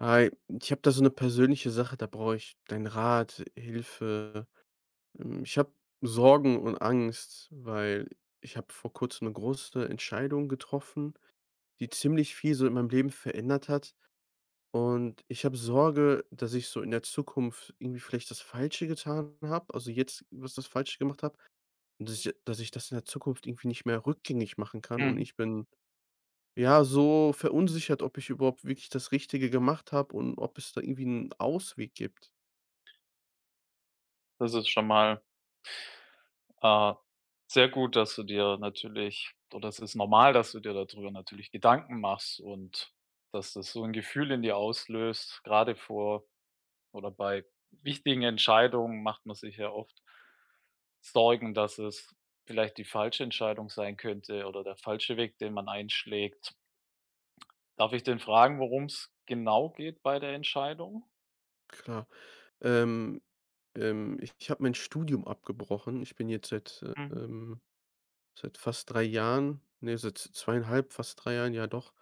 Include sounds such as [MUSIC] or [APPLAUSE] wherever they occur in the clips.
Hi, ich habe da so eine persönliche Sache, da brauche ich deinen Rat, Hilfe. Ich habe Sorgen und Angst, weil ich habe vor Kurzem eine große Entscheidung getroffen, die ziemlich viel so in meinem Leben verändert hat. Und ich habe Sorge, dass ich so in der Zukunft irgendwie vielleicht das Falsche getan habe, also jetzt was das Falsche gemacht habe und dass ich das in der Zukunft irgendwie nicht mehr rückgängig machen kann, und Mhm. ich bin ja, so verunsichert, ob ich überhaupt wirklich das Richtige gemacht habe und ob es da irgendwie einen Ausweg gibt. Das ist schon mal, äh, sehr gut, dass du dir natürlich oder es ist normal, dass du dir darüber natürlich Gedanken machst und dass das so ein Gefühl in dir auslöst. Gerade vor oder bei wichtigen Entscheidungen macht man sich ja oft Sorgen, dass es vielleicht die falsche Entscheidung sein könnte oder der falsche Weg, den man einschlägt. Darf ich denn fragen, worum es genau geht bei der Entscheidung? Klar, ähm, ich habe mein Studium abgebrochen. Ich bin jetzt seit, äh, Mhm, ähm seit fast 3 Jahren, ne, seit zweieinhalb fast 3 Jahren, ja doch,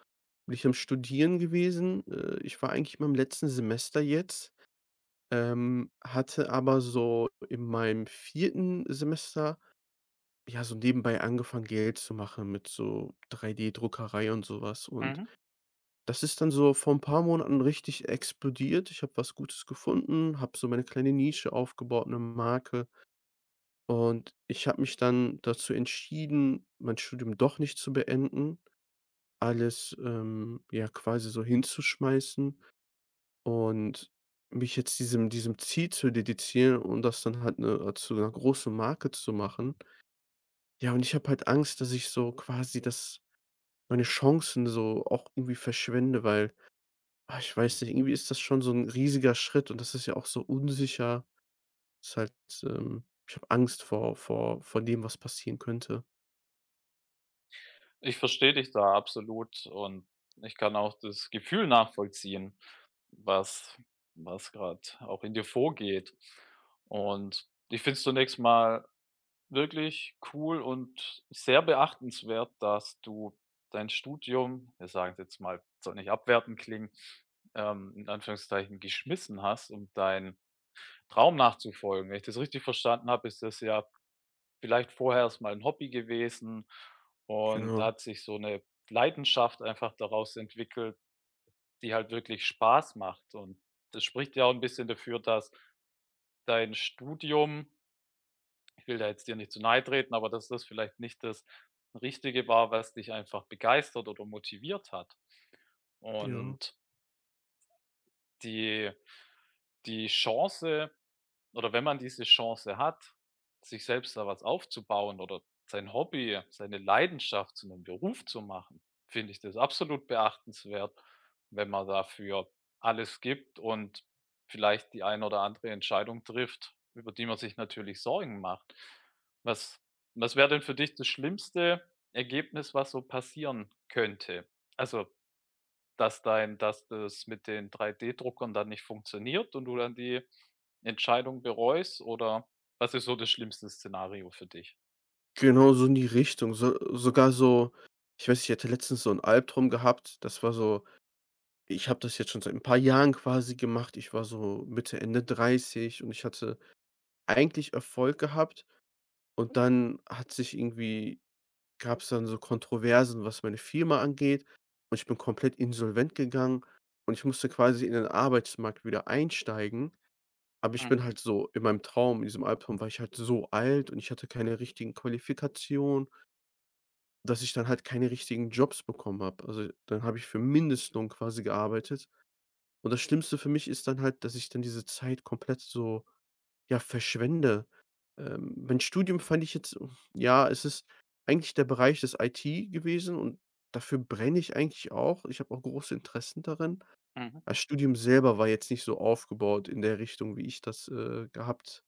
bin ich am Studieren gewesen. Ich war eigentlich in meinem letzten Semester jetzt, hatte aber so in meinem 4. Semester, ja, so nebenbei angefangen, Geld zu machen mit so 3D-Druckerei und sowas. Und mhm. das ist dann so vor ein paar Monaten richtig explodiert. Ich habe was Gutes gefunden, habe so meine kleine Nische aufgebaut, eine Marke, und ich habe mich dann dazu entschieden, mein Studium doch nicht zu beenden, alles, ja, quasi so hinzuschmeißen und mich jetzt diesem Ziel zu dedizieren und das dann halt eine zu einer großen Marke zu machen. Ja, und ich habe halt Angst, dass ich so quasi das meine Chancen so auch irgendwie verschwende, weil ah, ich weiß nicht, irgendwie ist das schon so 'n riesiger Schritt und das ist ja auch so unsicher. Ist halt, ich habe Angst vor dem, was passieren könnte. Ich verstehe dich da absolut und ich kann auch das Gefühl nachvollziehen, was was gerade auch in dir vorgeht. Und ich finde es zunächst mal wirklich cool und sehr beachtenswert, dass du dein Studium, wir sagen es jetzt mal, soll nicht abwertend klingen, in Anführungszeichen geschmissen hast, um deinen Traum nachzufolgen. Wenn ich das richtig verstanden habe, ist das ja vielleicht vorher erst mal 'n Hobby gewesen und da Genau, hat sich so eine Leidenschaft einfach daraus entwickelt, die halt wirklich Spaß macht, und das spricht ja auch ein bisschen dafür, dass dein Studium, ich will da jetzt dir nicht zu nahe treten, aber dass das vielleicht nicht das Richtige war, was dich einfach begeistert oder motiviert hat. ja. Und die die Chance, oder wenn man diese Chance hat, sich selbst da was aufzubauen oder sein Hobby, seine Leidenschaft zu einem Beruf zu machen, finde ich das absolut beachtenswert, wenn man dafür alles gibt und vielleicht die ein oder andere Entscheidung trifft, über die man sich natürlich Sorgen macht. Was was wäre denn für dich das schlimmste Ergebnis, was so passieren könnte? Also, dass das mit den 3D-Druckern dann nicht funktioniert und du dann die Entscheidung bereust, oder was ist so das schlimmste Szenario für dich? Genau so in die Richtung. So sogar so ich weiß nicht, ich hatte letztens so 'n Albtraum gehabt. Das war so ich habe das jetzt schon seit 'n paar Jahren quasi gemacht. Ich war so Mitte, Ende 30 und ich hatte eigentlich Erfolg gehabt und dann hat sich irgendwie gab es dann so Kontroversen, was meine Firma angeht, und ich bin komplett insolvent gegangen und ich musste quasi in den Arbeitsmarkt wieder einsteigen. Aber ich Mhm, bin halt so in meinem Traum, in diesem Albtraum war ich halt so alt und ich hatte keine richtigen Qualifikationen, dass ich dann halt keine richtigen Jobs bekommen habe. Also, dann habe ich für Mindestlohn quasi gearbeitet. Und das Schlimmste für mich ist dann halt, dass ich dann diese Zeit komplett so, ja, verschwende. Mein Studium fand ich jetzt, ja, es ist eigentlich der Bereich des IT gewesen und dafür brenne ich eigentlich auch. Ich habe auch große Interessen darin. mhm. Das Studium selber war jetzt nicht so aufgebaut in der Richtung, wie ich das, gehabt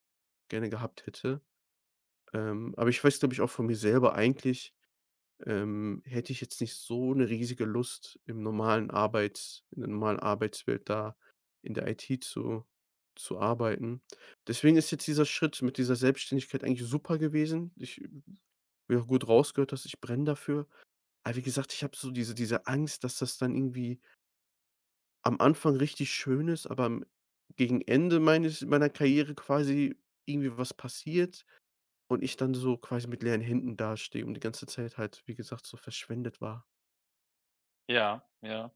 gerne gehabt hätte. Aber ich weiß, glaube ich, auch von mir selber eigentlich hätte ich jetzt nicht so eine riesige Lust im normalen Arbeits in der normalen Arbeitswelt da in der IT zu arbeiten. Deswegen ist jetzt dieser Schritt mit dieser Selbstständigkeit eigentlich super gewesen. Ich wie auch gut rausgehört dass ich brenne dafür. Aber wie gesagt, ich habe so diese Angst, dass das dann irgendwie am Anfang richtig schön ist, aber am gegen Ende meines meiner Karriere quasi irgendwie was passiert und ich dann so quasi mit leeren Händen dastehe und die ganze Zeit halt, wie gesagt, so verschwendet war. Ja, ja,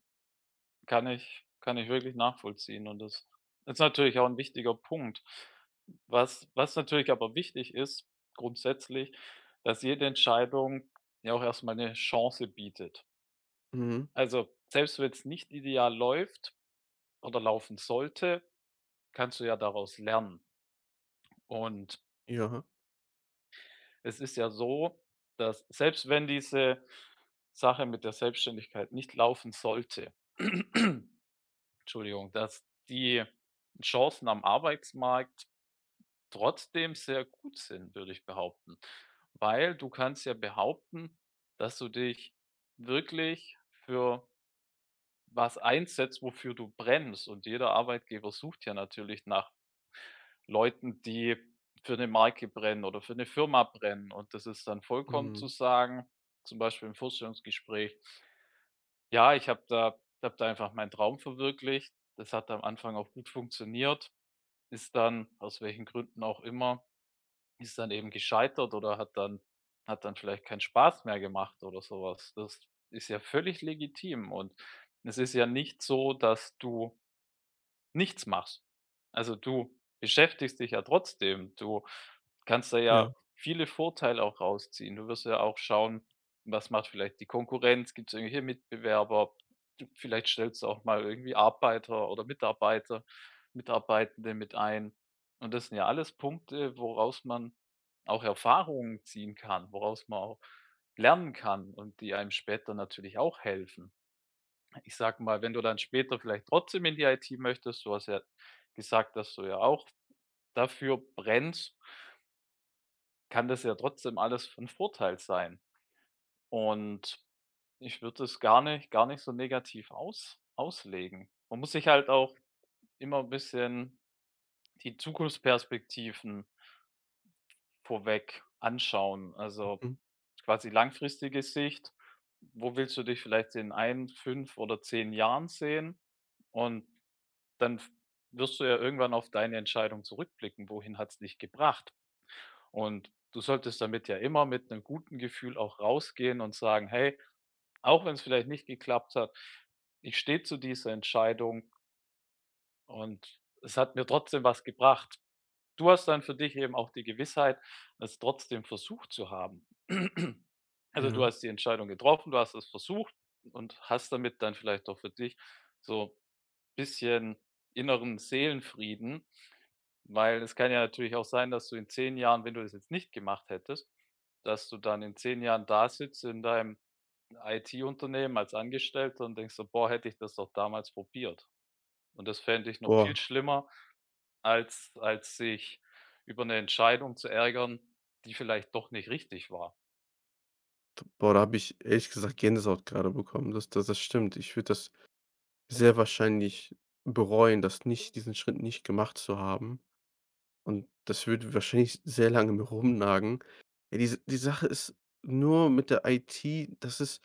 kann ich wirklich nachvollziehen, und das ist natürlich auch ein wichtiger Punkt. Was natürlich aber wichtig ist grundsätzlich, dass jede Entscheidung ja auch erstmal eine Chance bietet. Mhm. Also, selbst wenn es nicht ideal läuft oder laufen sollte, kannst du ja daraus lernen, und Ja, es ist ja so, dass selbst wenn diese Sache mit der Selbstständigkeit nicht laufen sollte, [CLEARS THROAT] Entschuldigung, dass die Chancen am Arbeitsmarkt trotzdem sehr gut sind, würde ich behaupten. Weil du kannst ja behaupten, dass du dich wirklich für was einsetzt, wofür du brennst. Und jeder Arbeitgeber sucht ja natürlich nach Leuten, die für eine Marke brennen oder für eine Firma brennen. Und das ist dann vollkommen zu mhm, sagen zum Beispiel im Vorstellungsgespräch: Ja, ich habe da einfach meinen Traum verwirklicht. Das hat am Anfang auch gut funktioniert, ist dann, aus welchen Gründen auch immer, ist dann eben gescheitert oder hat dann vielleicht keinen Spaß mehr gemacht oder sowas. Das ist ja völlig legitim, und es ist ja nicht so, dass du nichts machst. Also, du beschäftigst dich ja trotzdem. Du kannst da ja, ja viele Vorteile auch rausziehen. Du wirst ja auch schauen, was macht vielleicht die Konkurrenz? Gibt es irgendwelche Mitbewerber? Du, vielleicht stellst du auch mal irgendwie Arbeiter oder Mitarbeiter Mitarbeitende mit ein. Und das sind ja alles Punkte, woraus man auch Erfahrungen ziehen kann, woraus man auch lernen kann und die einem später natürlich auch helfen. Ich sag mal, wenn du dann später vielleicht trotzdem in die IT möchtest, du hast ja gesagt, dass du ja auch dafür brennst, kann das ja trotzdem alles von Vorteil sein. Und ich würde es gar nicht so negativ aus auslegen. Man muss sich halt auch immer ein bisschen die Zukunftsperspektiven vorweg anschauen. Also, mhm, quasi langfristige Sicht, wo willst du dich vielleicht in ein, 5 oder 10 Jahren sehen? Und dann f wirst du ja irgendwann auf deine Entscheidung zurückblicken: „Wohin hat's dich gebracht?“ Und du solltest damit ja immer mit einem guten Gefühl auch rausgehen und sagen: „Hey, auch wenn es vielleicht nicht geklappt hat, ich stehe zu dieser Entscheidung, und es hat mir trotzdem was gebracht.“ Du hast dann für dich eben auch die Gewissheit, es trotzdem versucht zu haben. [CLEARS THROAT] Also, du ja. hast die Entscheidung getroffen, du hast es versucht und hast damit dann vielleicht auch für dich so ein bisschen inneren Seelenfrieden. Weil es kann ja natürlich auch sein, dass du in 10 Jahren, wenn du das jetzt nicht gemacht hättest, dass du dann in 10 Jahren da sitzt in deinem IT-Unternehmen als Angestellter und denkst so: „Boah, hätte ich das doch damals probiert.“ Und das fände ich noch Boah, viel schlimmer, als sich über eine Entscheidung zu ärgern, die vielleicht doch nicht richtig war. d boah, da habe ich ehrlich gesagt Gänsehaut grade bekommen. Das stimmt. Ich würde das sehr wahrscheinlich bereuen, das nicht diesen Schritt nicht gemacht zu haben. Und das würde wahrscheinlich sehr lange an mir rumnagen. Ja, die Sache ist nur mit der IT, das ist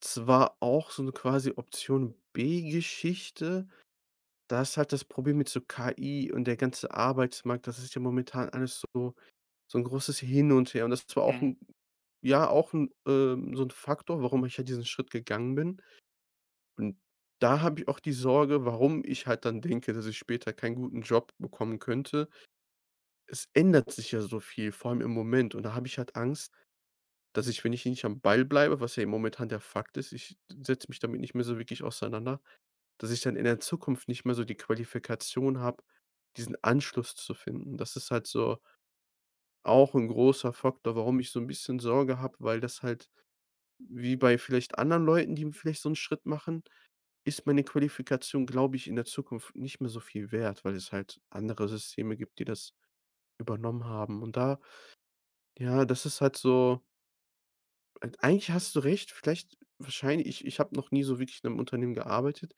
zwar auch so 'ne quasi Option B-Geschichte, da ist halt das Problem mit so KI und der ganze Arbeitsmarkt, das ist ja momentan alles so so 'n großes Hin und Her. Und das war auch Mhm. 'N so 'n Faktor, warum ich ja diesen Schritt gegangen bin. Und da habe ich auch die Sorge, warum ich halt dann denke, dass ich später keinen guten Job bekommen könnte. Es ändert sich ja so viel, vor allem im Moment. Und da habe ich halt Angst, dass ich, wenn ich nicht am Ball bleibe, was ja momentan der Fakt ist, ich setze mich damit nicht mehr so wirklich auseinander, dass ich dann in der Zukunft nicht mehr so die Qualifikation habe, diesen Anschluss zu finden. Das ist halt so auch 'n großer Faktor, warum ich so 'n bisschen Sorge habe, weil das halt wie bei vielleicht anderen Leuten, die vielleicht so 'n Schritt machen, ist meine Qualifikation, glaube ich, in der Zukunft nicht mehr so viel wert, weil es halt andere Systeme gibt, die das übernommen haben. Und da, ja, das ist halt so eigentlich hast du recht, vielleicht wahrscheinlich ich habe noch nie so wirklich in 'nem Unternehmen gearbeitet.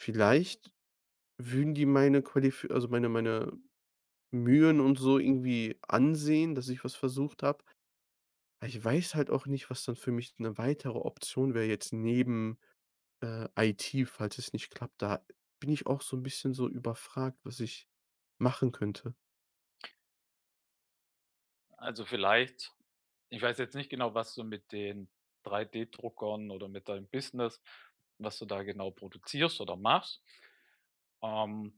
Vielleicht würden die meine Qualif also, meine Mühen und so irgendwie ansehen, dass ich was versucht habe. Ich weiß halt auch nicht, was dann für mich eine weitere Option wäre jetzt neben, IT, falls es nicht klappt. Da bin ich auch so ein bisschen so überfragt, was ich machen könnte. Also, vielleicht, ich weiß jetzt nicht genau, was du mit den 3D-Druckern oder mit deinem Business, was du da genau produzierst oder machst. Ähm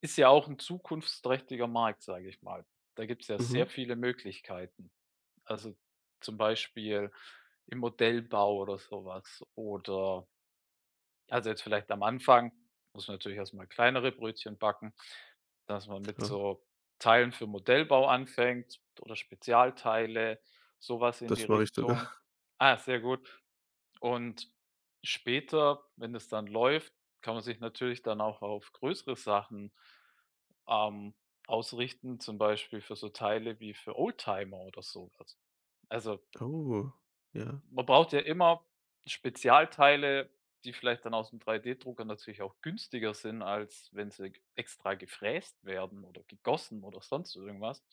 Ist ja auch ein zukunftsträchtiger Markt, sage ich mal. Da gibt's ja Mhm, sehr viele Möglichkeiten. Also, zum Beispiel im Modellbau oder sowas, oder also, jetzt vielleicht am Anfang muss man natürlich erst mal kleinere Brötchen backen, dass man mit klar, so Teilen für Modellbau anfängt oder Spezialteile, sowas in die das mache ich sogar. Richtung. [LAUGHS] Ah, sehr gut. Und später, wenn es dann läuft, kann man sich natürlich dann auch auf größere Sachen ähm, ausrichten, zum Beispiel für so Teile wie für Oldtimer oder so was. Also, Oh, ja. man braucht ja immer Spezialteile, die vielleicht dann aus dem 3D-Drucker natürlich auch günstiger sind, als wenn sie g extra gefräst werden oder gegossen oder sonst irgendwas.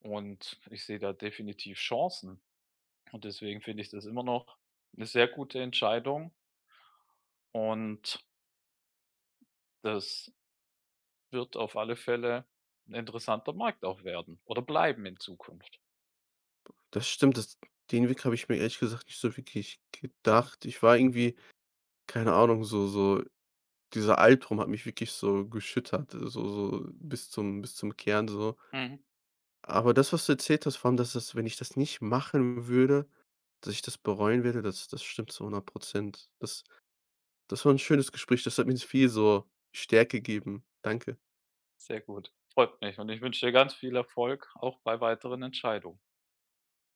Und ich sehe da definitiv Chancen. Und deswegen finde ich das immer noch eine sehr gute Entscheidung, und das wird auf alle Fälle 'n interessanter Markt auch werden oder bleiben in Zukunft. Das stimmt, das den Weg habe ich mir ehrlich gesagt nicht so wirklich gedacht. Ich war irgendwie, keine Ahnung, so so dieser Albtraum hat mich wirklich so geschüttert, so so bis zum Kern so. Mhm. Aber das, was du erzählt hast, vor allem, dass das wenn ich das nicht machen würde, dass ich das bereuen werde, das stimmt zu 100%. Das war ein schönes Gespräch. Das hat mir viel so Stärke gegeben. Danke. Sehr gut, freut mich, und ich wünsche dir ganz viel Erfolg auch bei weiteren Entscheidungen.